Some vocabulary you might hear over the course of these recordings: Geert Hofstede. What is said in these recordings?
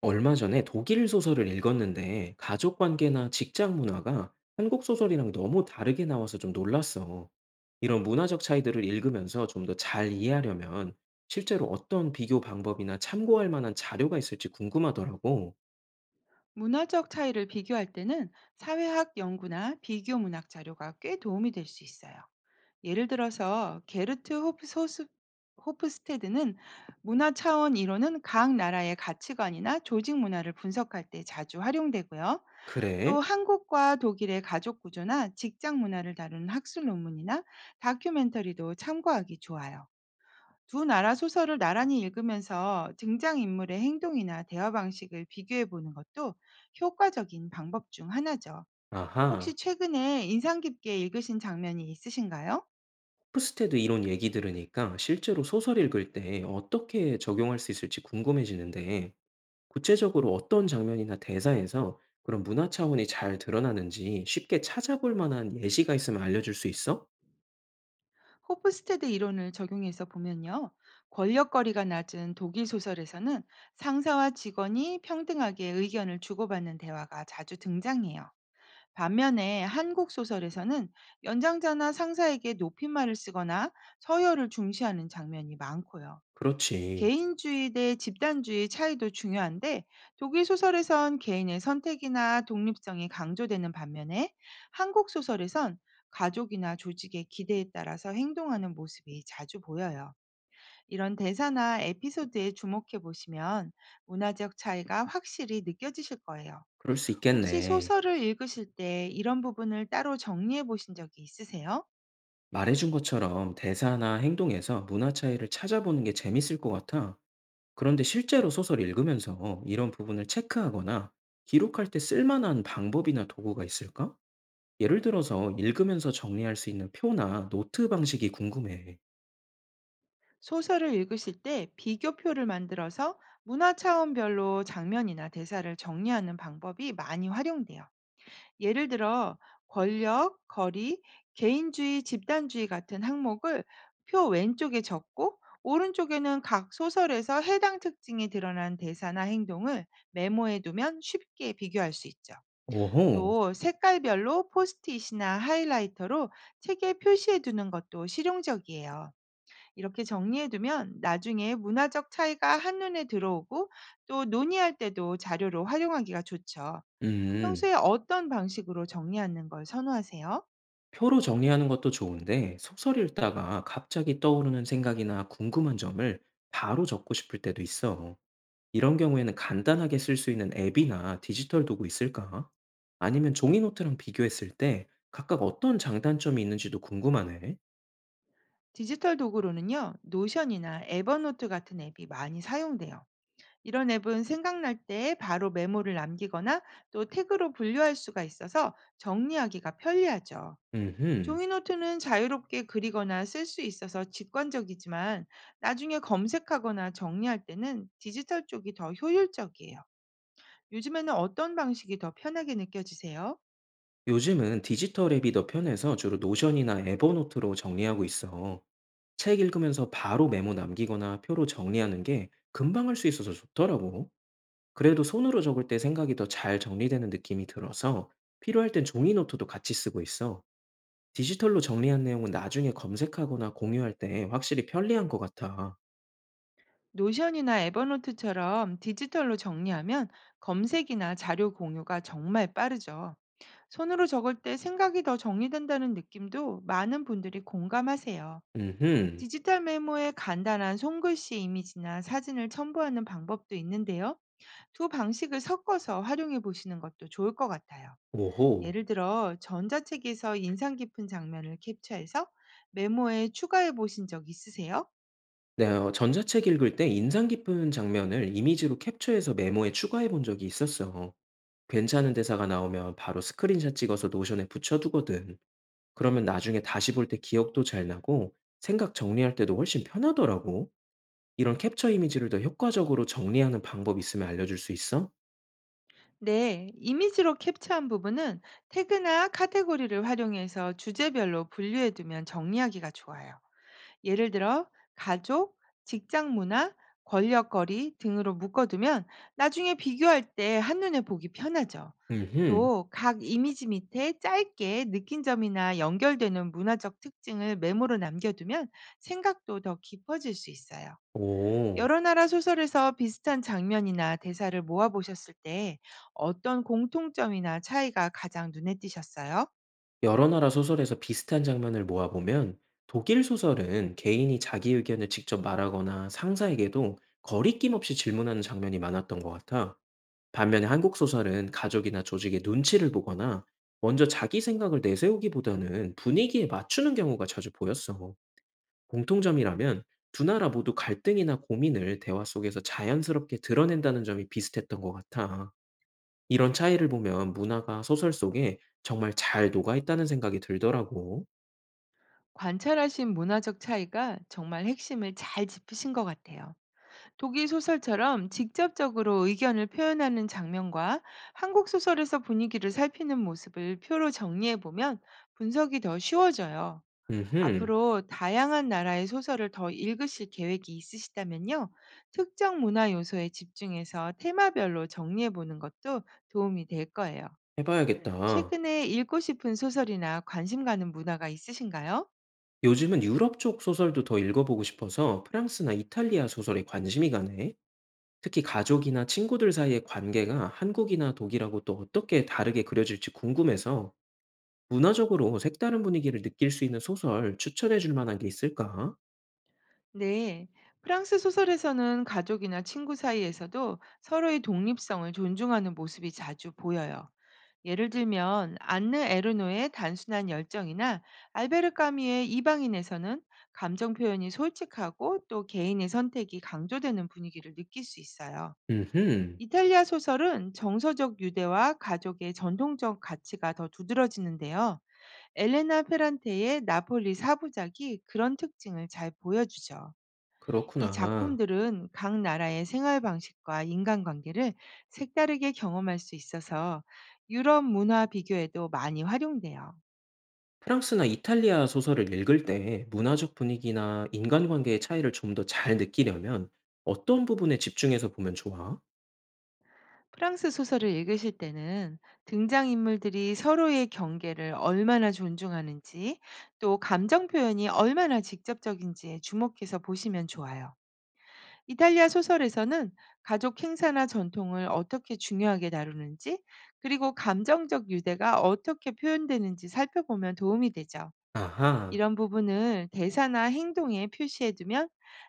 얼마 전에 독일 소설을 읽었는데 가족 관계나 직장 문화가 한국 소설이랑 너무 다르게 나와서 좀 놀랐어. 이런 문화적 차이들을 읽으면서 좀 더 잘 이해하려면 실제로 어떤 비교 방법이나 참고할 만한 자료가 있을지 궁금하더라고. 문화적 차이를 비교할 때는 사회학 연구나 비교 문학 자료가 꽤 도움이 될 수 있어요. 예를 들어서 게르트 호프소스, 호프스테드는 문화 차원 이론은 각 나라의 가치관이나 조직 문화를 분석할 때 자주 활용되고요. 또 그래? 한국과 독일의 가족 구조나 직장 문화를 다루는 학술 논문이나 다큐멘터리도 참고하기 좋아요. 두 나라 소설을 나란히 읽으면서 등장인물의 행동이나 대화 방식을 비교해 보는 것도 효과적인 방법 중 하나죠. 아하. 혹시 최근에 인상 깊게 읽으신 장면이 있으신가요? 푸스테드 이론 얘기 들으니까 실제로 소설 읽을 때 어떻게 적용할 수 있을지 궁금해지는데 구체적으로 어떤 장면이나 대사에서 그런 문화 차원이 잘 드러나는지 쉽게 찾아볼 만한 예시가 있으면 알려줄 수 있어? 호프스테드 이론을 적용해서 보면요. 권력거리가 낮은 독일 소설에서는 상사와 직원이 평등하게 의견을 주고받는 대화가 자주 등장해요. 반면에 한국 소설에서는 연장자나 상사에게 높임말을 쓰거나 서열을 중시하는 장면이 많고요. 그렇지. 개인주의 대 집단주의 차이도 중요한데 독일 소설에선 개인의 선택이나 독립성이 강조되는 반면에 한국 소설에선 가족이나 조직의 기대에 따라서 행동하는 모습이 자주 보여요. 이런 대사나 에피소드에 주목해 보시면 문화적 차이가 확실히 느껴지실 거예요. 그럴 수 혹시 있겠네. 소설을 읽으실 때 이런 부분을 따로 정리해 보신 적이 있으세요? 말해준 것처럼 대사나 행동에서 문화 차이를 찾아보는 게 재밌을 것 같아. 그런데 실제로 소설 읽으면서 이런 부분을 체크하거나 기록할 때 쓸만한 방법이나 도구가 있을까? 예를 들어서 읽으면서 정리할 수 있는 표나 노트 방식이 궁금해. 소설을 읽으실 때 비교표를 만들어서 문화 차원별로 장면이나 대사를 정리하는 방법이 많이 활용돼요. 예를 들어 권력, 거리, 개인주의, 집단주의 같은 항목을 표 왼쪽에 적고 오른쪽에는 각 소설에서 해당 특징이 드러난 대사나 행동을 메모해 두면 쉽게 비교할 수 있죠. 오호. 또 색깔별로 포스트잇이나 하이라이터로 책에 표시해 두는 것도 실용적이에요. 이렇게 정리해두면 나중에 문화적 차이가 한눈에 들어오고 또 논의할 때도 자료로 활용하기가 좋죠. 음. 평소에 어떤 방식으로 정리하는 걸 선호하세요? 표로 정리하는 것도 좋은데 속설 읽다가 갑자기 떠오르는 생각이나 궁금한 점을 바로 적고 싶을 때도 있어. 이런 경우에는 간단하게 쓸 수 있는 앱이나 디지털 도구 있을까? 아니면 종이 노트랑 비교했을 때 각각 어떤 장단점이 있는지도 궁금하네. 디지털 도구로는요, 노션이나 에버노트 같은 앱이 많이 사용돼요. 이런 앱은 생각날 때 바로 메모를 남기거나 또 태그로 분류할 수가 있어서 정리하기가 편리하죠. 음, 종이노트는 자유롭게 그리거나 쓸 수 있어서 직관적이지만 나중에 검색하거나 정리할 때는 디지털 쪽이 더 효율적이에요. 요즘에는 어떤 방식이 더 편하게 느껴지세요? 요즘은 디지털 앱이 더 편해서 주로 노션이나 에버노트로 정리하고 있어. 책 읽으면서 바로 메모 남기거나 표로 정리하는 게 금방 할 수 있어서 좋더라고. 그래도 손으로 적을 때 생각이 더 잘 정리되는 느낌이 들어서 필요할 땐 종이 노트도 같이 쓰고 있어. 디지털로 정리한 내용은 나중에 검색하거나 공유할 때 확실히 편리한 것 같아. 노션이나 에버노트처럼 디지털로 정리하면 검색이나 자료 공유가 정말 빠르죠. 손으로 적을 때 생각이 더 정리된다는 느낌도 많은 분들이 공감하세요. 음흠. 디지털 메모에 간단한 손글씨 이미지나 사진을 첨부하는 방법도 있는데요. 두 방식을 섞어서 활용해 보시는 것도 좋을 것 같아요. 오호. 예를 들어, 전자책에서 인상 깊은 장면을 캡처해서 메모에 추가해 보신 적 있으세요? 네, 전자책 읽을 때 인상 깊은 장면을 이미지로 캡처해서 메모에 추가해 본 적이 있었어. 괜찮은 대사가 나오면 바로 스크린샷 찍어서 노션에 붙여두거든. 그러면 나중에 다시 볼 때 기억도 잘 나고 생각 정리할 때도 훨씬 편하더라고. 이런 캡처 이미지를 더 효과적으로 정리하는 방법 있으면 알려줄 수 있어? 네, 이미지로 캡처한 부분은 태그나 카테고리를 활용해서 주제별로 분류해 두면 정리하기가 좋아요. 예를 들어 가족, 직장 문화, 권력거리 등으로 묶어두면 나중에 비교할 때 한눈에 보기 편하죠. 음흠. 또 각 이미지 밑에 짧게 느낀 점이나 연결되는 문화적 특징을 메모로 남겨두면 생각도 더 깊어질 수 있어요. 오, 여러 나라 소설에서 비슷한 장면이나 대사를 모아보셨을 때 어떤 공통점이나 차이가 가장 눈에 띄셨어요? 여러 나라 소설에서 비슷한 장면을 모아보면 독일 소설은 개인이 자기 의견을 직접 말하거나 상사에게도 거리낌 없이 질문하는 장면이 많았던 것 같아. 반면에 한국 소설은 가족이나 조직의 눈치를 보거나 먼저 자기 생각을 내세우기보다는 분위기에 맞추는 경우가 자주 보였어. 공통점이라면 두 나라 모두 갈등이나 고민을 대화 속에서 자연스럽게 드러낸다는 점이 비슷했던 것 같아. 이런 차이를 보면 문화가 소설 속에 정말 잘 녹아있다는 생각이 들더라고. 관찰하신 문화적 차이가 정말 핵심을 잘 짚으신 것 같아요. 독일 소설처럼 직접적으로 의견을 표현하는 장면과 한국 소설에서 분위기를 살피는 모습을 표로 정리해 보면 분석이 더 쉬워져요. 음흠, 앞으로 다양한 나라의 소설을 더 읽으실 계획이 있으시다면요. 특정 문화 요소에 집중해서 테마별로 정리해 보는 것도 도움이 될 거예요. 해봐야겠다. 최근에 읽고 싶은 소설이나 관심 가는 문화가 있으신가요? 요즘은 유럽 쪽 소설도 더 읽어보고 싶어서 프랑스나 이탈리아 소설에 관심이 가네. 특히 가족이나 친구들 사이의 관계가 한국이나 독일하고 또 어떻게 다르게 그려질지 궁금해서 문화적으로 색다른 분위기를 느낄 수 있는 소설 추천해 줄 만한 게 있을까? 네, 프랑스 소설에서는 가족이나 친구 사이에서도 서로의 독립성을 존중하는 모습이 자주 보여요. 예를 들면 안느 에르노의 단순한 열정이나 알베르 까뮈의 이방인에서는 감정 표현이 솔직하고 또 개인의 선택이 강조되는 분위기를 느낄 수 있어요. 음흠. 이탈리아 소설은 정서적 유대와 가족의 전통적 가치가 더 두드러지는데요. 엘레나 페란테의 나폴리 사부작이 그런 특징을 잘 보여주죠. 이 그렇구나. 작품들은 각 나라의 생활 방식과 인간관계를 색다르게 경험할 수 있어서 유럽 문화 비교에도 많이 활용돼요. 프랑스나 이탈리아 소설을 읽을 때 문화적 분위기나 인간관계의 차이를 좀 더 잘 느끼려면 어떤 부분에 집중해서 보면 좋아? 프랑스 소설을 읽으실 때는 등장인물들이 서로의 경계를 얼마나 존중하는지 또 감정 표현이 얼마나 직접적인지에 주목해서 보시면 좋아요. 이탈리아 소설에서는 가족 행사나 전통을 어떻게 중요하게 다루는지 그리고 감정적 유대가 어떻게 표현되는지 살펴보면 도움이 되죠. 아하. 이런 부분을 대사나 행동에 표시해 두면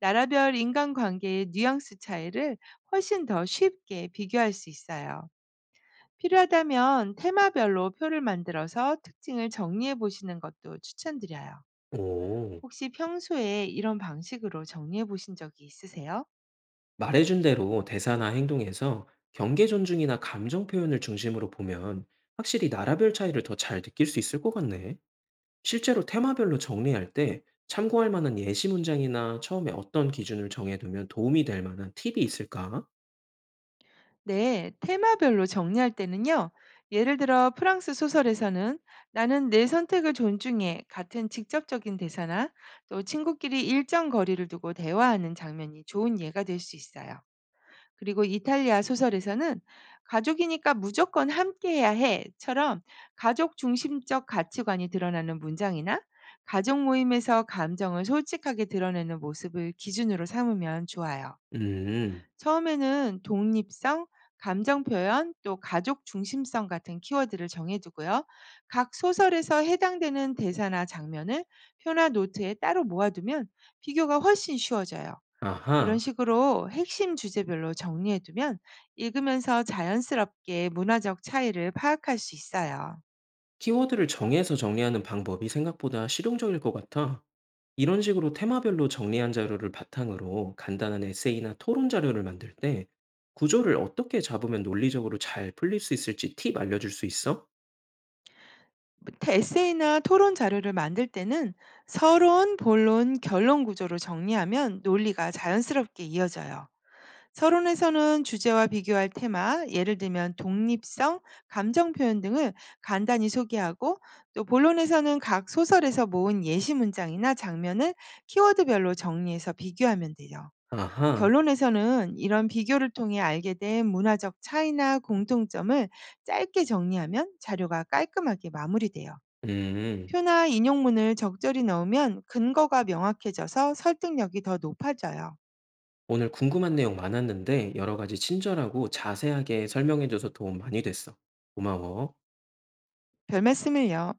나라별 인간관계의 뉘앙스 차이를 훨씬 더 쉽게 비교할 수 있어요. 필요하다면 테마별로 표를 만들어서 특징을 정리해 보시는 것도 추천드려요. 오. 혹시 평소에 이런 방식으로 정리해 보신 적이 있으세요? 말해준 대로 대사나 행동에서 경계 존중이나 감정 표현을 중심으로 보면 확실히 나라별 차이를 더 잘 느낄 수 있을 것 같네. 실제로 테마별로 정리할 때 참고할 만한 예시 문장이나 처음에 어떤 기준을 정해두면 도움이 될 만한 팁이 있을까? 네, 테마별로 정리할 때는요. 예를 들어 프랑스 소설에서는 나는 내 선택을 존중해 같은 직접적인 대사나 또 친구끼리 일정 거리를 두고 대화하는 장면이 좋은 예가 될 수 있어요. 그리고 이탈리아 소설에서는 가족이니까 무조건 함께해야 해처럼 가족 중심적 가치관이 드러나는 문장이나 가족 모임에서 감정을 솔직하게 드러내는 모습을 기준으로 삼으면 좋아요. 음. 처음에는 독립성, 감정 표현, 또 가족 중심성 같은 키워드를 정해두고요. 각 소설에서 해당되는 대사나 장면을 표나 노트에 따로 모아두면 비교가 훨씬 쉬워져요. 이런 아하. 식으로 핵심 주제별로 정리해두면 읽으면서 자연스럽게 문화적 차이를 파악할 수 있어요. 키워드를 정해서 정리하는 방법이 생각보다 실용적일 것 같아. 이런 식으로 테마별로 정리한 자료를 바탕으로 간단한 에세이나 토론 자료를 만들 때 구조를 어떻게 잡으면 논리적으로 잘 풀릴 수 있을지 팁 알려줄 수 있어? 에세이나 토론 자료를 만들 때는 서론, 본론, 결론 구조로 정리하면 논리가 자연스럽게 이어져요. 서론에서는 주제와 비교할 테마, 예를 들면 독립성, 감정 표현 등을 간단히 소개하고 또 본론에서는 각 소설에서 모은 예시 문장이나 장면을 키워드별로 정리해서 비교하면 돼요. 아하, 결론에서는 이런 비교를 통해 알게 된 문화적 차이나 공통점을 짧게 정리하면 자료가 깔끔하게 마무리돼요. 음, 표나 인용문을 적절히 넣으면 근거가 명확해져서 설득력이 더 높아져요. 오늘 궁금한 내용 많았는데 여러 가지 친절하고 자세하게 설명해줘서 도움 많이 됐어. 고마워. 별 말씀을요.